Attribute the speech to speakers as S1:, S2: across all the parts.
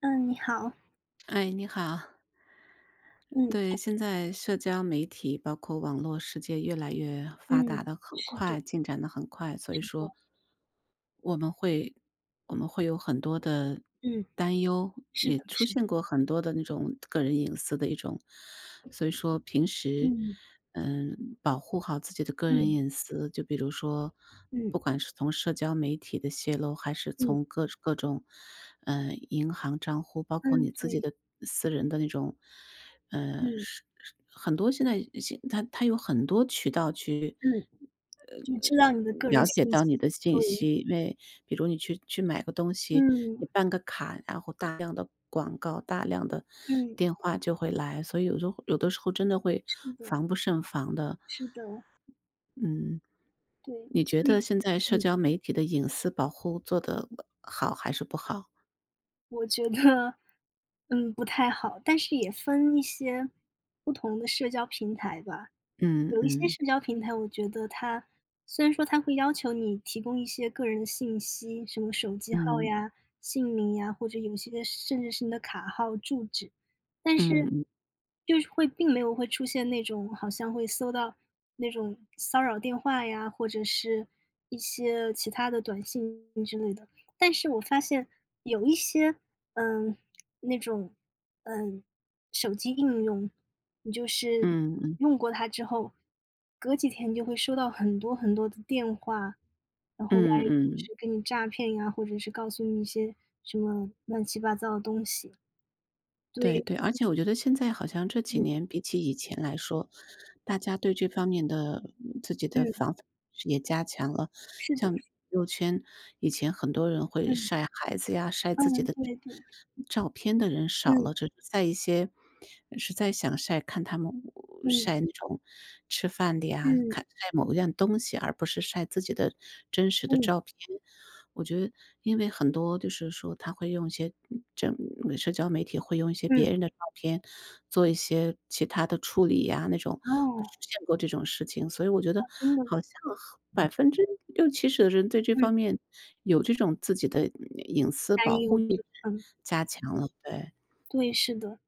S1: 嗯，你好，
S2: 哎，你好。
S1: 嗯
S2: 对，现在社交媒体包括网络世界越来越发
S1: 嗯，
S2: 达的很
S1: 是的
S2: 快，进展的很快，所以
S1: 是的，
S2: 说我们会我们会有很多的
S1: 嗯，
S2: 担忧，
S1: 是
S2: 也
S1: 的
S2: 出
S1: 是的，
S2: 现过很多的那种个人隐私的一种。所以说平时，
S1: 嗯
S2: 保护好自己的个人
S1: 嗯
S2: 隐私，就比如说，
S1: 嗯
S2: 不管是从社交媒体的泄露，还是
S1: 嗯
S2: 从各种，银行账户，包括
S1: 嗯，
S2: 你自己
S1: 对，
S2: 的私人的那种，
S1: 嗯
S2: 是很多现在它有很多渠道去
S1: 嗯，就知道你的个人
S2: 了解
S1: 信
S2: 到
S1: 息，
S2: 你的信
S1: 对，
S2: 息。因为比如你去买个东西，
S1: 嗯
S2: 你办个卡，然后大量的广告、大量的
S1: 嗯，
S2: 电话就会来，所以有的时候真的会
S1: 是的
S2: 防不胜防的。
S1: 是的，
S2: 嗯，
S1: 对，
S2: 你
S1: 所
S2: 觉
S1: 以，
S2: 得现在社
S1: 嗯，
S2: 交媒体的隐私保护做的好还是不好？
S1: 我觉得，不太好，但是也分一些不同的社交平台吧。
S2: 嗯
S1: 有一些
S2: 嗯
S1: 社交平台，我觉得它虽然说它会要求你提供一些个人的信息，什么手机号
S2: 嗯
S1: 呀、姓名呀，或者有些甚至是你的卡号、住址，但是
S2: 嗯嗯
S1: 就是会并没有会出现那种好像会搜到那种骚扰电话呀，或者是一些其他的短信之类的。但是我发现有一些，嗯，那种，嗯，手机应用你就是
S2: 嗯嗯
S1: 用过它之后，隔几天就会收到很多很多的电话，然后来
S2: 嗯嗯
S1: 就
S2: 嗯。
S1: 是给你诈骗呀，或者是告诉你一些什么乱七八糟的东西。
S2: 对
S1: 对，
S2: 对，而且我觉得现在好像这几
S1: 嗯
S2: 年比起以前来说，大家对这方面的自己的
S1: 嗯，
S2: 防范是也加强了。
S1: 是
S2: 像
S1: 的，
S2: 朋友圈，以前很多人会
S1: 嗯
S2: 晒孩子呀、晒自己
S1: 嗯，
S2: 的
S1: 对
S2: 这种
S1: 对，
S2: 照片的人少
S1: 嗯
S2: 了，只是在一些实在想晒，看他们
S1: 嗯
S2: 晒那种吃饭的呀，
S1: 嗯
S2: 看晒某一样东西，而不是晒自己的真实的
S1: 嗯
S2: 照片。我觉得因为很多就是说他会用一些这社交媒体会用一些
S1: 嗯，
S2: 别人的照片，做一些其他的处理呀，那种
S1: 哦，
S2: 出现过这种事情。所以我觉得
S1: 真的吗？
S2: 好像百分之六七十的人对这
S1: 嗯，
S2: 方面有这种自己的隐私
S1: 担
S2: 保
S1: 忧，
S2: 护意识
S1: 对，嗯，
S2: 加强了，对，
S1: 对，是的。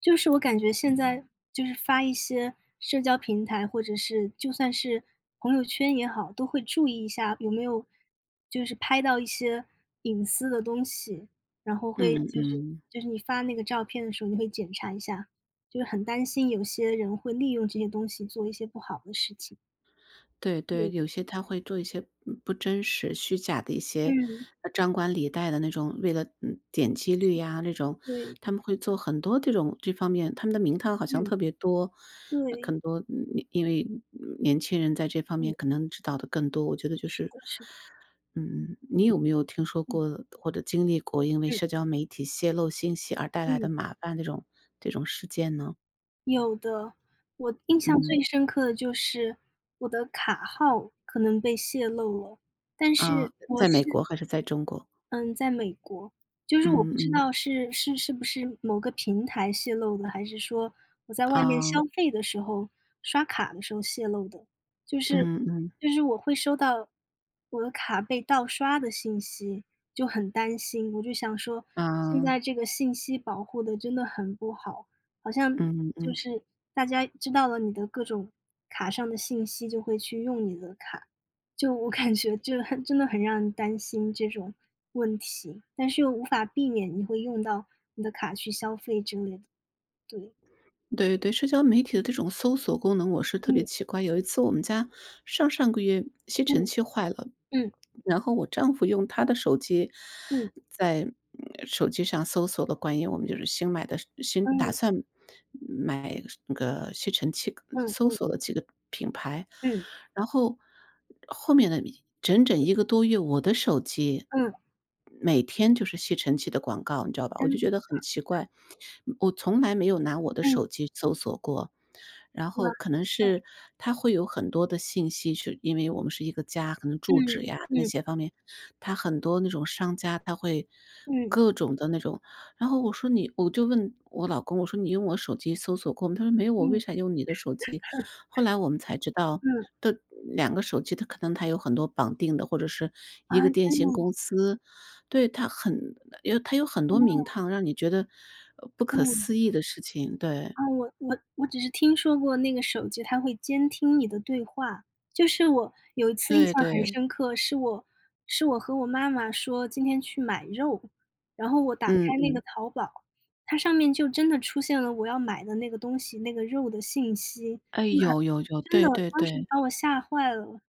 S1: 就是我感觉现在就是发一些社交平台，或者是就算是朋友圈也好，都会注意一下有没有就是拍到一些隐私的东西，然后会
S2: 嗯
S1: 就是
S2: 嗯。
S1: 就是你发那个照片的时候，你会检查一下，就是很担心有些人会利用这些东西做一些不好的事情。
S2: 对对，
S1: 对，
S2: 有些他会做一些不真实、虚假的一些
S1: 嗯，
S2: 张冠李戴的那种，为了点击率呀那种，
S1: 对，
S2: 他们会做很多这种这方面，他们的名堂好像
S1: 嗯，
S2: 特别多，
S1: 对，
S2: 很多因为年轻人在这方
S1: 嗯，
S2: 面可能知道的更多。我觉得就
S1: 是
S2: 是，
S1: 的，是的，
S2: 嗯，你有没有听说
S1: 嗯
S2: 过或者经历过因为社
S1: 嗯
S2: 交媒体泄露信息而带来的
S1: 嗯。
S2: 麻烦这种事件呢？
S1: 有的，我印象
S2: 嗯
S1: 最深刻的就是我的卡号可能被泄露了，但是
S2: 啊，
S1: 我
S2: 在美
S1: 是
S2: 国还是在中国？
S1: 嗯，在美国，就是我
S2: 嗯
S1: 不知
S2: 嗯
S1: 道是不是某个平台泄露的，还是说我在外面
S2: 啊。
S1: 消费的时候，刷卡的时候泄露的。就是
S2: 嗯嗯，
S1: 就是我会收到我的卡被盗刷的信息，就很担心。我就想说，现
S2: 啊，
S1: 在这个信息保护的真的很不好，好像
S2: 嗯
S1: 就
S2: 嗯，
S1: 是大家知道了你的各种卡上的信息，就会去用你的卡。就我感觉就很真的很让人担心这种问题，但是又无法避免你会用到你的卡去消费之类的。对，
S2: 对对，社交媒体的这种搜索功能我是特别
S1: 嗯
S2: 奇怪。有一次我们家上上个月吸
S1: 嗯
S2: 尘器坏了，
S1: 嗯
S2: 然后我丈夫用他的手机
S1: 嗯
S2: 在手机上搜索了关于我们就是新打算买那个吸尘器，
S1: 嗯嗯
S2: 搜
S1: 嗯
S2: 索了几个品牌，
S1: 嗯
S2: 然后后面的整整一个多月，我的手机。
S1: 嗯
S2: 每天就是吸尘器的广告，你知道吧？我就
S1: 嗯，
S2: 觉得很奇怪，我从来没有拿我的
S1: 嗯
S2: 手机搜索过。然
S1: 哇
S2: 后可能
S1: 塞，
S2: 是他会有很多的信息，是因为我们是一个家，可能住址
S1: 嗯
S2: 呀那
S1: 嗯
S2: 些方面，他很多那种商家，他会
S1: 嗯
S2: 各种的那种。然后我说你，我就问我老公，我说你用我手机搜索过吗？他说没有，我
S1: 嗯
S2: 为啥用你的手机？
S1: 嗯，
S2: 后来我们才知道，的两个手机它可能有很多绑定的，或者是
S1: 啊，
S2: 一个电
S1: 真的
S2: 信公
S1: 吗？
S2: 司，对，它有很多
S1: 嗯
S2: 名堂，让你觉得，不可
S1: 嗯。
S2: 思议的事情，对，
S1: 啊，我只是听说过那个手机它会监听你的对话。就是我有一次印
S2: 对
S1: 象很
S2: 对，
S1: 深刻，是我和我妈妈说今天去买肉，然后我打开
S2: 嗯
S1: 那个
S2: 嗯，
S1: 淘宝，它上面就真的出现了我要买的那个东西，那个肉的信息，
S2: 哎，
S1: 就很
S2: 有有有，
S1: 真的，
S2: 对对
S1: 当时
S2: 对。
S1: 把我吓坏了。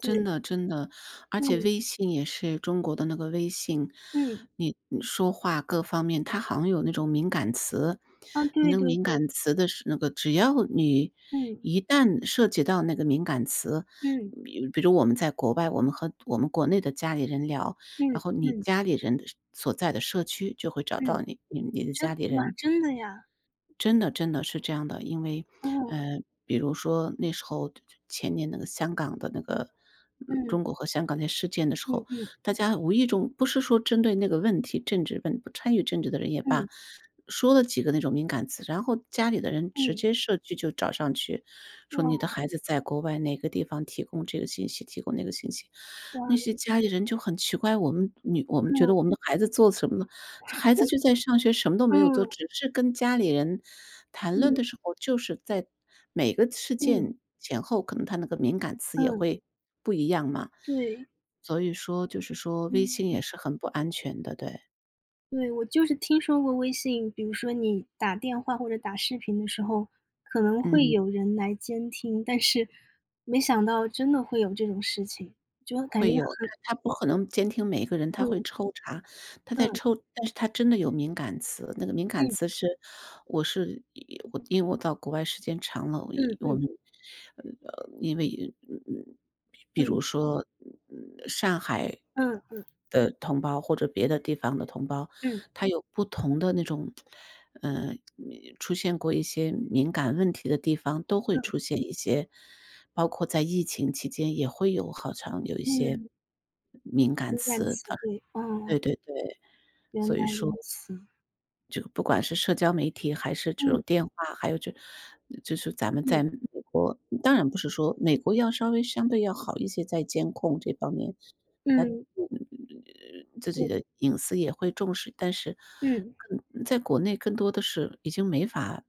S2: 真的真的，而且
S1: 嗯，
S2: 微信也是中国的那个微信，
S1: 嗯，
S2: 你说话各方面，它好像有那种敏感词，
S1: 啊，
S2: 你
S1: 对
S2: 那个
S1: 对
S2: 敏
S1: 对，
S2: 感词的是那个，只要你
S1: 嗯，
S2: 一旦涉及到那个敏感词，
S1: 嗯，
S2: 比如我们在国外，我们和我们国内的家里人聊，然
S1: 嗯，
S2: 后你
S1: 嗯，
S2: 家里人的所在的社区就会找
S1: 嗯，
S2: 到你，你的
S1: 真
S2: 家里
S1: 哇，
S2: 人，
S1: 真的呀，
S2: 真的真的是这样的，因为，
S1: 哦，
S2: 呃，比如说那时候前年那个香港的那个
S1: 嗯，
S2: 中国和香港那事件的时
S1: 嗯
S2: 候，
S1: 嗯
S2: 大家无意中不是说针对那个问题，政治问不参与政治的人也
S1: 嗯，
S2: 罢，说了几个那种敏感词，然后家里的人直
S1: 嗯。
S2: 接社区就找上去，说
S1: 哇，
S2: 你的孩子在国外哪个地方提供这个信息，提供那个信息。那
S1: 哇，
S2: 些家里人就很奇怪，我们觉
S1: 嗯，
S2: 得我们的孩子做什么了，孩
S1: 我
S2: 子就在上学，什么都没有做，
S1: 嗯，
S2: 只是跟家里人谈
S1: 嗯，
S2: 论的时候，就是在每个事
S1: 嗯，
S2: 件前后，可能他那个敏感词也
S1: 嗯，
S2: 会不一样嘛。
S1: 对，
S2: 所以说就是说微信
S1: 嗯，
S2: 也是很不安全的，对，
S1: 对，我就是听说过微信，比如说你打电话或者打视频的时候，可能会
S2: 嗯。
S1: 有人来监听，但是没想到真的会有这种事情，就感觉
S2: 会有的，他不可能监听每一个人，他会
S1: 很
S2: 抽查，他
S1: 嗯，
S2: 在抽但是他真的有敏感词，那个敏感
S1: 嗯，
S2: 词是我是一我因为我到国外时间长了，我
S1: 嗯，
S2: 一我
S1: 嗯，
S2: 们，因为，比
S1: 嗯，
S2: 如说，上海
S1: 嗯，
S2: 的同胞或者别的地方的同胞，
S1: 嗯，
S2: 它有不同的那种，嗯，出现过一些敏感问题的地方，都会
S1: 嗯，嗯，
S2: 出现一些，包括在疫情期间也会有好像有一些
S1: 嗯，
S2: 敏感
S1: 敏感
S2: 词，
S1: 词
S2: 啊，
S1: 汇，哦，
S2: 对对对。
S1: 原
S2: 所
S1: 来
S2: 以说
S1: 如此，
S2: 这个不管是社交媒体还是这
S1: 嗯，
S2: 种电话，还有就是咱们
S1: 嗯，
S2: 在美国，当然不是说美国要稍微相对要好一些，在监控这方面，他
S1: 嗯，
S2: 自己
S1: 对，
S2: 的隐私也会重视，但是
S1: 嗯，
S2: 更在国内更多的是已经没法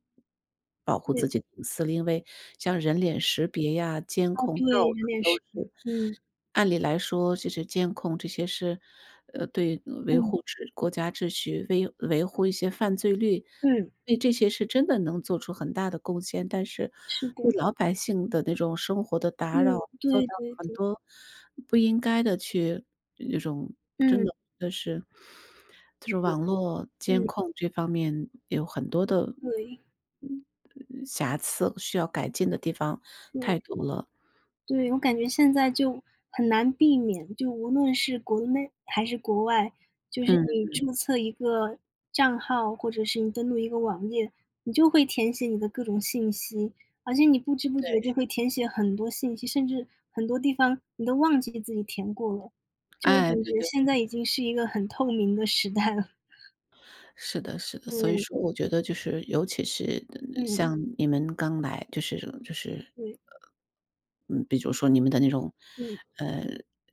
S2: 保护
S1: 对，
S2: 自己的隐私了，因为像人脸识别呀，监
S1: 哦，
S2: 控
S1: 对，
S2: 到处
S1: 有点
S2: 都
S1: 是，
S2: 是。
S1: 嗯，
S2: 按理来说，就是监控这些是，对维
S1: 嗯。
S2: 护治国家秩序、维护一些犯罪率，
S1: 嗯，
S2: 对这些是真的能做出很大的贡献。但是
S1: 是的，
S2: 对老百姓的那种生活的
S1: 嗯，
S2: 打扰，做
S1: 对
S2: 到
S1: 对
S2: 很
S1: 对，
S2: 多不应该的去那种真
S1: 嗯，
S2: 的就是，就是网络监
S1: 嗯，
S2: 控这方面有很多的，
S1: 对，
S2: 嗯，瑕疵，需要改进的地方
S1: 对，
S2: 太多了。
S1: 对，我感觉现在就很难避免，就无论是国内还是国外，就是
S2: 嗯，
S1: 你注册一个账号，或者是你登录一个网页，你就会填写你的各种信息，而且你不知不
S2: 对，
S1: 觉就会填写很多信息，甚至很多地方你都忘记自己填过了，就我
S2: 哎，
S1: 感
S2: 对
S1: 觉
S2: 对。
S1: 现在已经是一个很透明的时代了。
S2: 是的，是的，所以
S1: 对，
S2: 说我觉得就是，尤其是
S1: 嗯，
S2: 像你们刚来，就是
S1: 对，
S2: 比如说你们的那种，
S1: 嗯，
S2: 呃，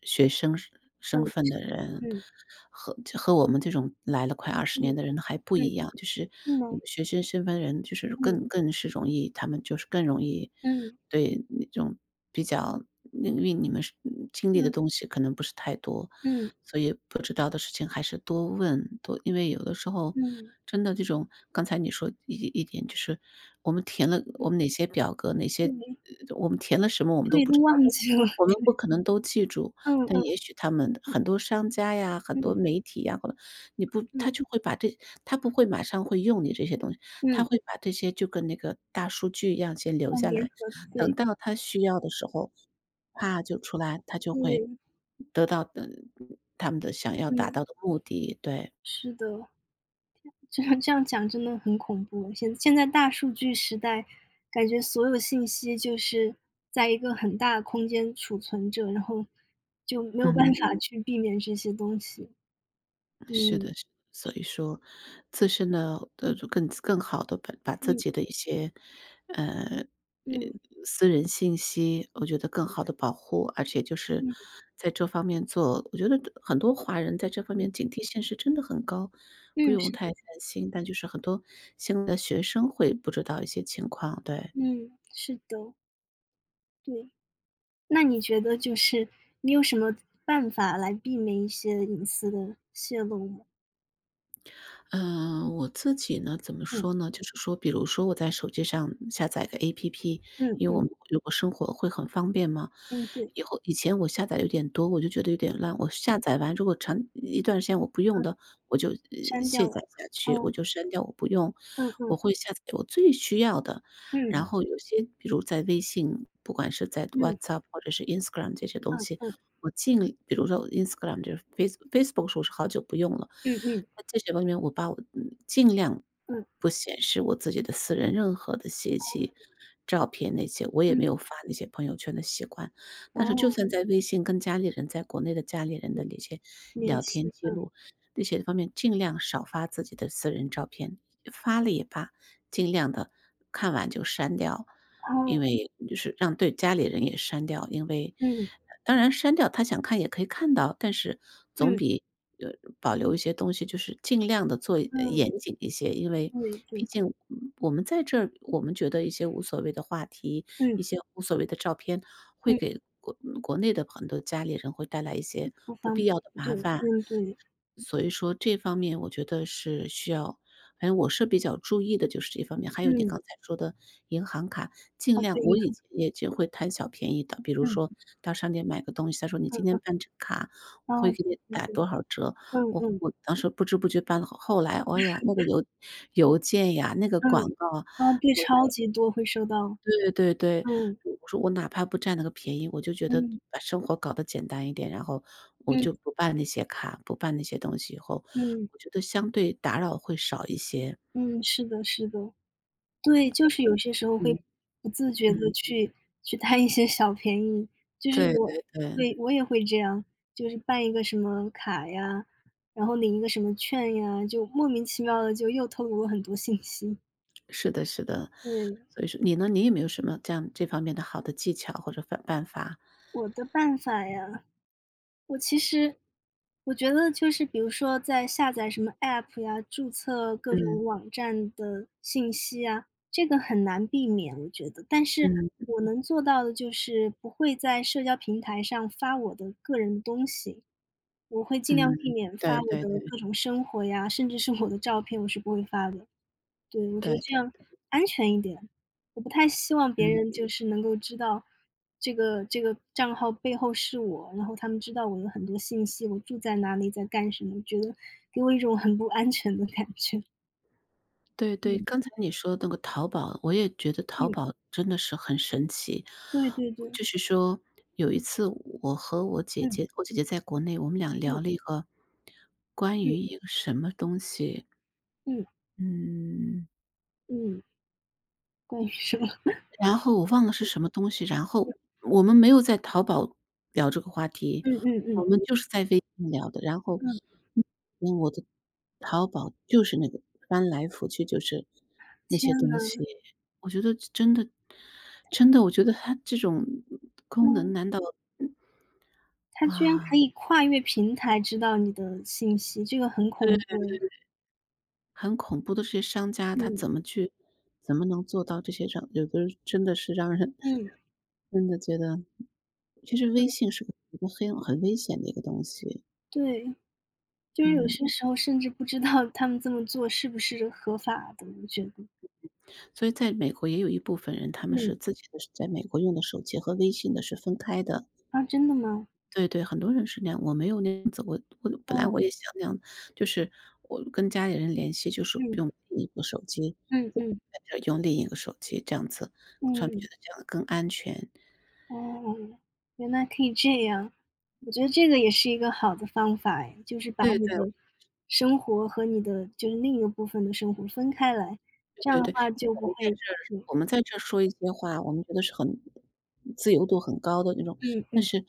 S2: 学生身
S1: 嗯，
S2: 份的人，
S1: 嗯。
S2: 和我们这种来了快二十年
S1: 嗯，
S2: 的人还不
S1: 嗯，
S2: 一样，就是
S1: 是
S2: 你
S1: 吗？
S2: 们学生身份人，就是
S1: 嗯，
S2: 更是容易，他们就是更容易。
S1: 嗯，
S2: 对，那种比较因为你们是经历的
S1: 嗯，
S2: 东西可能不是太多，
S1: 嗯，
S2: 所以不知道的事情还是多问，因为有的时候
S1: 嗯，
S2: 真的这种刚才你说一点就是我们填了我们哪些表格，
S1: 嗯，对，
S2: 我们填了什么我们都
S1: 对，
S2: 不
S1: 都
S2: 知道，
S1: 忘记了。
S2: 我们不可能都记住，
S1: 嗯，
S2: 但
S1: 嗯，
S2: 也许他们很多商家呀，很多
S1: 嗯，
S2: 媒体呀，或者你不他
S1: 嗯，
S2: 就会把这他不会马上会用你这些东西，他
S1: 嗯，
S2: 会把这些就跟那个大数据一样先留
S1: 哦，
S2: 下
S1: 联
S2: 来。
S1: 合
S2: 等
S1: 对，
S2: 到他需要的时候，啪就出来，他就会
S1: 对，
S2: 得到的他们的想要达
S1: 嗯，
S2: 到的目的，对，
S1: 是的，这样这样讲真的很恐怖。现现在大数据时代，感觉所有信息就是在一个很大的空间储存着，然后就没有办法
S2: 嗯，
S1: 去避免这些东西。
S2: 是
S1: 嗯，
S2: 的，是的。所以说自身的就更好的把自
S1: 嗯，
S2: 己的一些，呃，呃，
S1: 嗯，
S2: 私人信息，我觉得更好的保护，而且就是
S1: 嗯，
S2: 在这方面做我觉得很多华人在这方
S1: 嗯，
S2: 面警惕性是真的很高，不
S1: 嗯，
S2: 用
S1: 是的，
S2: 太担心，但就是很多新的学生会不知道一些情况，对。
S1: 嗯，是的，对。那你觉得就是你有什么办法来避免一些隐私的泄露吗？
S2: 嗯，我自己呢，怎么
S1: 嗯，
S2: 说呢？就是说，比如说我在手机上下载个 APP，
S1: 嗯
S2: 因为我
S1: 嗯，
S2: 们如果生活会很方便嘛。
S1: 嗯，对，
S2: 以前我下载有点多，我就觉得有点乱。我下载完如果长一段时间我不用
S1: 嗯，
S2: 的，我就
S1: 删掉
S2: 卸
S1: 了。
S2: 载下去，我
S1: 哦，
S2: 就删掉，我不用。
S1: 嗯
S2: 我
S1: 嗯，
S2: 会下载我最需要的，然
S1: 嗯，
S2: 后有些比如在微信，不管是在
S1: 嗯，
S2: WhatsApp 或者是 Instagram 这些东西，
S1: 嗯
S2: 我尽力比如说我 Instagram 就是 Facebook 是我是好久不用了，
S1: 嗯，
S2: 那这些方面我把我尽量
S1: 嗯嗯，嗯，
S2: 不显示我自己的私人任何的信息、
S1: 哦，
S2: 照片那些，我也没
S1: 嗯，
S2: 有发那些朋友圈的习惯。但是就
S1: 哦，
S2: 算在微信跟家里人在国内的家里人
S1: 嗯，
S2: 的那些
S1: 联
S2: 聊天
S1: 系，
S2: 记录，这些方面尽量少发自己的私人照片，发了也罢，尽量的看完就删掉。
S1: 哦，
S2: 因为就是让对家里人也删掉，因为
S1: 嗯，
S2: 当然删掉他想看也可以看到，但是总
S1: 嗯，
S2: 比，呃，保留一些东西就是尽量的做
S1: 嗯，
S2: 严谨一些。因为
S1: 对对
S2: 毕竟，
S1: 对，
S2: 嗯我们在这儿，我们觉得一些无所谓的话题，一
S1: 嗯，
S2: 些无所谓的照片，会
S1: 嗯，
S2: 给国内的很多家里人会带来一些
S1: 不
S2: 不
S1: 方
S2: 必
S1: 便，
S2: 要的麻
S1: 对，
S2: 烦。
S1: 嗯，对，
S2: 所以说这方面我觉得是需要，反正我是比较注意的就是这方面，还有你
S1: 嗯，
S2: 刚才说的银行卡，
S1: 哦，
S2: 尽
S1: 对，
S2: 量我
S1: 银
S2: 以
S1: 行，
S2: 前也就会贪小便宜的，比如
S1: 嗯，
S2: 说到商店买个东西，他说你
S1: 嗯
S2: 今
S1: 嗯，
S2: 天办张卡，
S1: 哦，
S2: 我会给
S1: 对
S2: 你
S1: 对
S2: 打
S1: 对，
S2: 多少折，
S1: 嗯
S2: 我
S1: 嗯，
S2: 我当时不知不觉办了，后来，哎呀，那个邮件呀，那个
S1: 嗯，
S2: 广告，
S1: 哦，对，
S2: 我，
S1: 超级多会收到，
S2: 对对对，
S1: 嗯，
S2: 我说我哪怕不占那个便宜，我就觉得
S1: 嗯，
S2: 把生活搞得简单一点，然后我
S1: 嗯。
S2: 就不办那些卡，不办那些东西以后，
S1: 嗯，
S2: 我觉得相对打扰会少一些，
S1: 嗯，是的是的。对，就是有些时候会
S2: 嗯。
S1: 不自觉的
S2: 嗯，
S1: 去贪一些小便宜，就是
S2: 对
S1: 我
S2: 对对，
S1: 对，我也会这样，就是办一个什么卡呀，然后领一个什么券呀，就莫名其妙的就又透露了很多信息。
S2: 是的是的。
S1: 对，
S2: 所以说你呢，你有没有什么这样这方面的好的技巧或者办法？
S1: 我的办法呀我其实我觉得就是比如说在下载什么 App 呀，注册各
S2: 嗯，
S1: 种网站的信息啊，这个很难避免，我觉得。但是
S2: 嗯，
S1: 我能做到的就是不会在社交平台上发我的个人的东西，我会尽量避
S2: 嗯，
S1: 免发
S2: 对
S1: 我
S2: 对
S1: 的
S2: 对，
S1: 各种生活呀，甚至是我的照片，我是不会发的。对，我觉
S2: 对
S1: 得这
S2: 对，
S1: 样安全一点。我不太希望别
S2: 嗯，
S1: 人就是能够知道这个账号背后是我，然后他们知道我有很多信息，我住在哪里，在干什么，觉得给我一种很不安全的感觉。
S2: 对
S1: 嗯，
S2: 对，刚才你说那个淘宝，我也觉得淘
S1: 嗯，
S2: 宝真的是很神奇。
S1: 对对对，
S2: 就是说有一次我和我姐
S1: 嗯，
S2: 姐我姐姐在国内，我们俩
S1: 嗯，
S2: 聊了一个关
S1: 嗯，
S2: 于一个什么东西，
S1: 嗯，
S2: 嗯
S1: 嗯，关于什么？
S2: 然后我忘了是什么东西，然后我们没有在淘宝聊这个话
S1: 嗯嗯嗯嗯，嗯关于什么
S2: 题，
S1: 嗯
S2: 我
S1: 嗯
S2: 们
S1: 嗯
S2: 就是在微信聊的。然后，
S1: 嗯
S2: 嗯，我的淘宝就是那个翻来覆去就是那
S1: 天
S2: 些东西，
S1: 呐，
S2: 我觉得真的，我觉得它这种功
S1: 嗯，
S2: 能难道
S1: 他居然可
S2: 啊，
S1: 以跨越平台知道你的信息，这个很
S2: 对
S1: 恐怖
S2: 对对。
S1: 诶
S2: 很恐怖的这些商家，他
S1: 嗯，
S2: 怎么去怎么能做到这些，让有的真的是让人
S1: 嗯，
S2: 真的觉得其实
S1: 对，
S2: 微信是一个很很危险的一个东西。
S1: 对。就是有
S2: 嗯，
S1: 些时候甚至不知道 他们这么做是不是合法的，我觉得。
S2: 所以在美国也有一部分人，他们
S1: 嗯，
S2: 是自己的在美国用的手机和微信的是分开的。
S1: 啊，真的吗？
S2: 对对，很多人是那样，我没有那样子，我本
S1: 哦，
S2: 来我也想那样，就是我跟家里人联系，就是
S1: 嗯，
S2: 用另一个手机，
S1: 嗯嗯，
S2: 在这儿用另一个手机这样子，突然
S1: 嗯，
S2: 觉得这样更安全。
S1: 哦，原来可以这样。我觉得这个也是一个好的方法哎，就是把
S2: 对
S1: 你的
S2: 对。
S1: 生活和你的就是另一个部分的生活分开来，
S2: 对
S1: 这样
S2: 对
S1: 的
S2: 对，
S1: 话就
S2: 我
S1: 不
S2: 们
S1: 会
S2: 在这儿
S1: 嗯，
S2: 我们在这儿说一些话，我们觉得是很自由度很高的那种，
S1: 嗯
S2: 但
S1: 嗯
S2: 是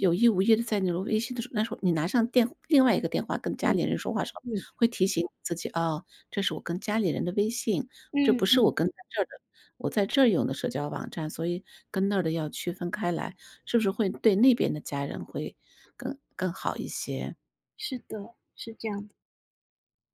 S2: 有意无意的，在那种微信的时候，那时候你拿上另外一个电话跟家
S1: 嗯
S2: 里人说话的时候，
S1: 嗯，
S2: 会提醒自己，哦，这是我跟家里人的微信，这
S1: 嗯
S2: 不是
S1: 嗯，
S2: 我跟在这儿的我在这儿用的社交网站，所以跟那儿的要区分开来，是不是会对那边的家人会更好一些？
S1: 是的，是这样的。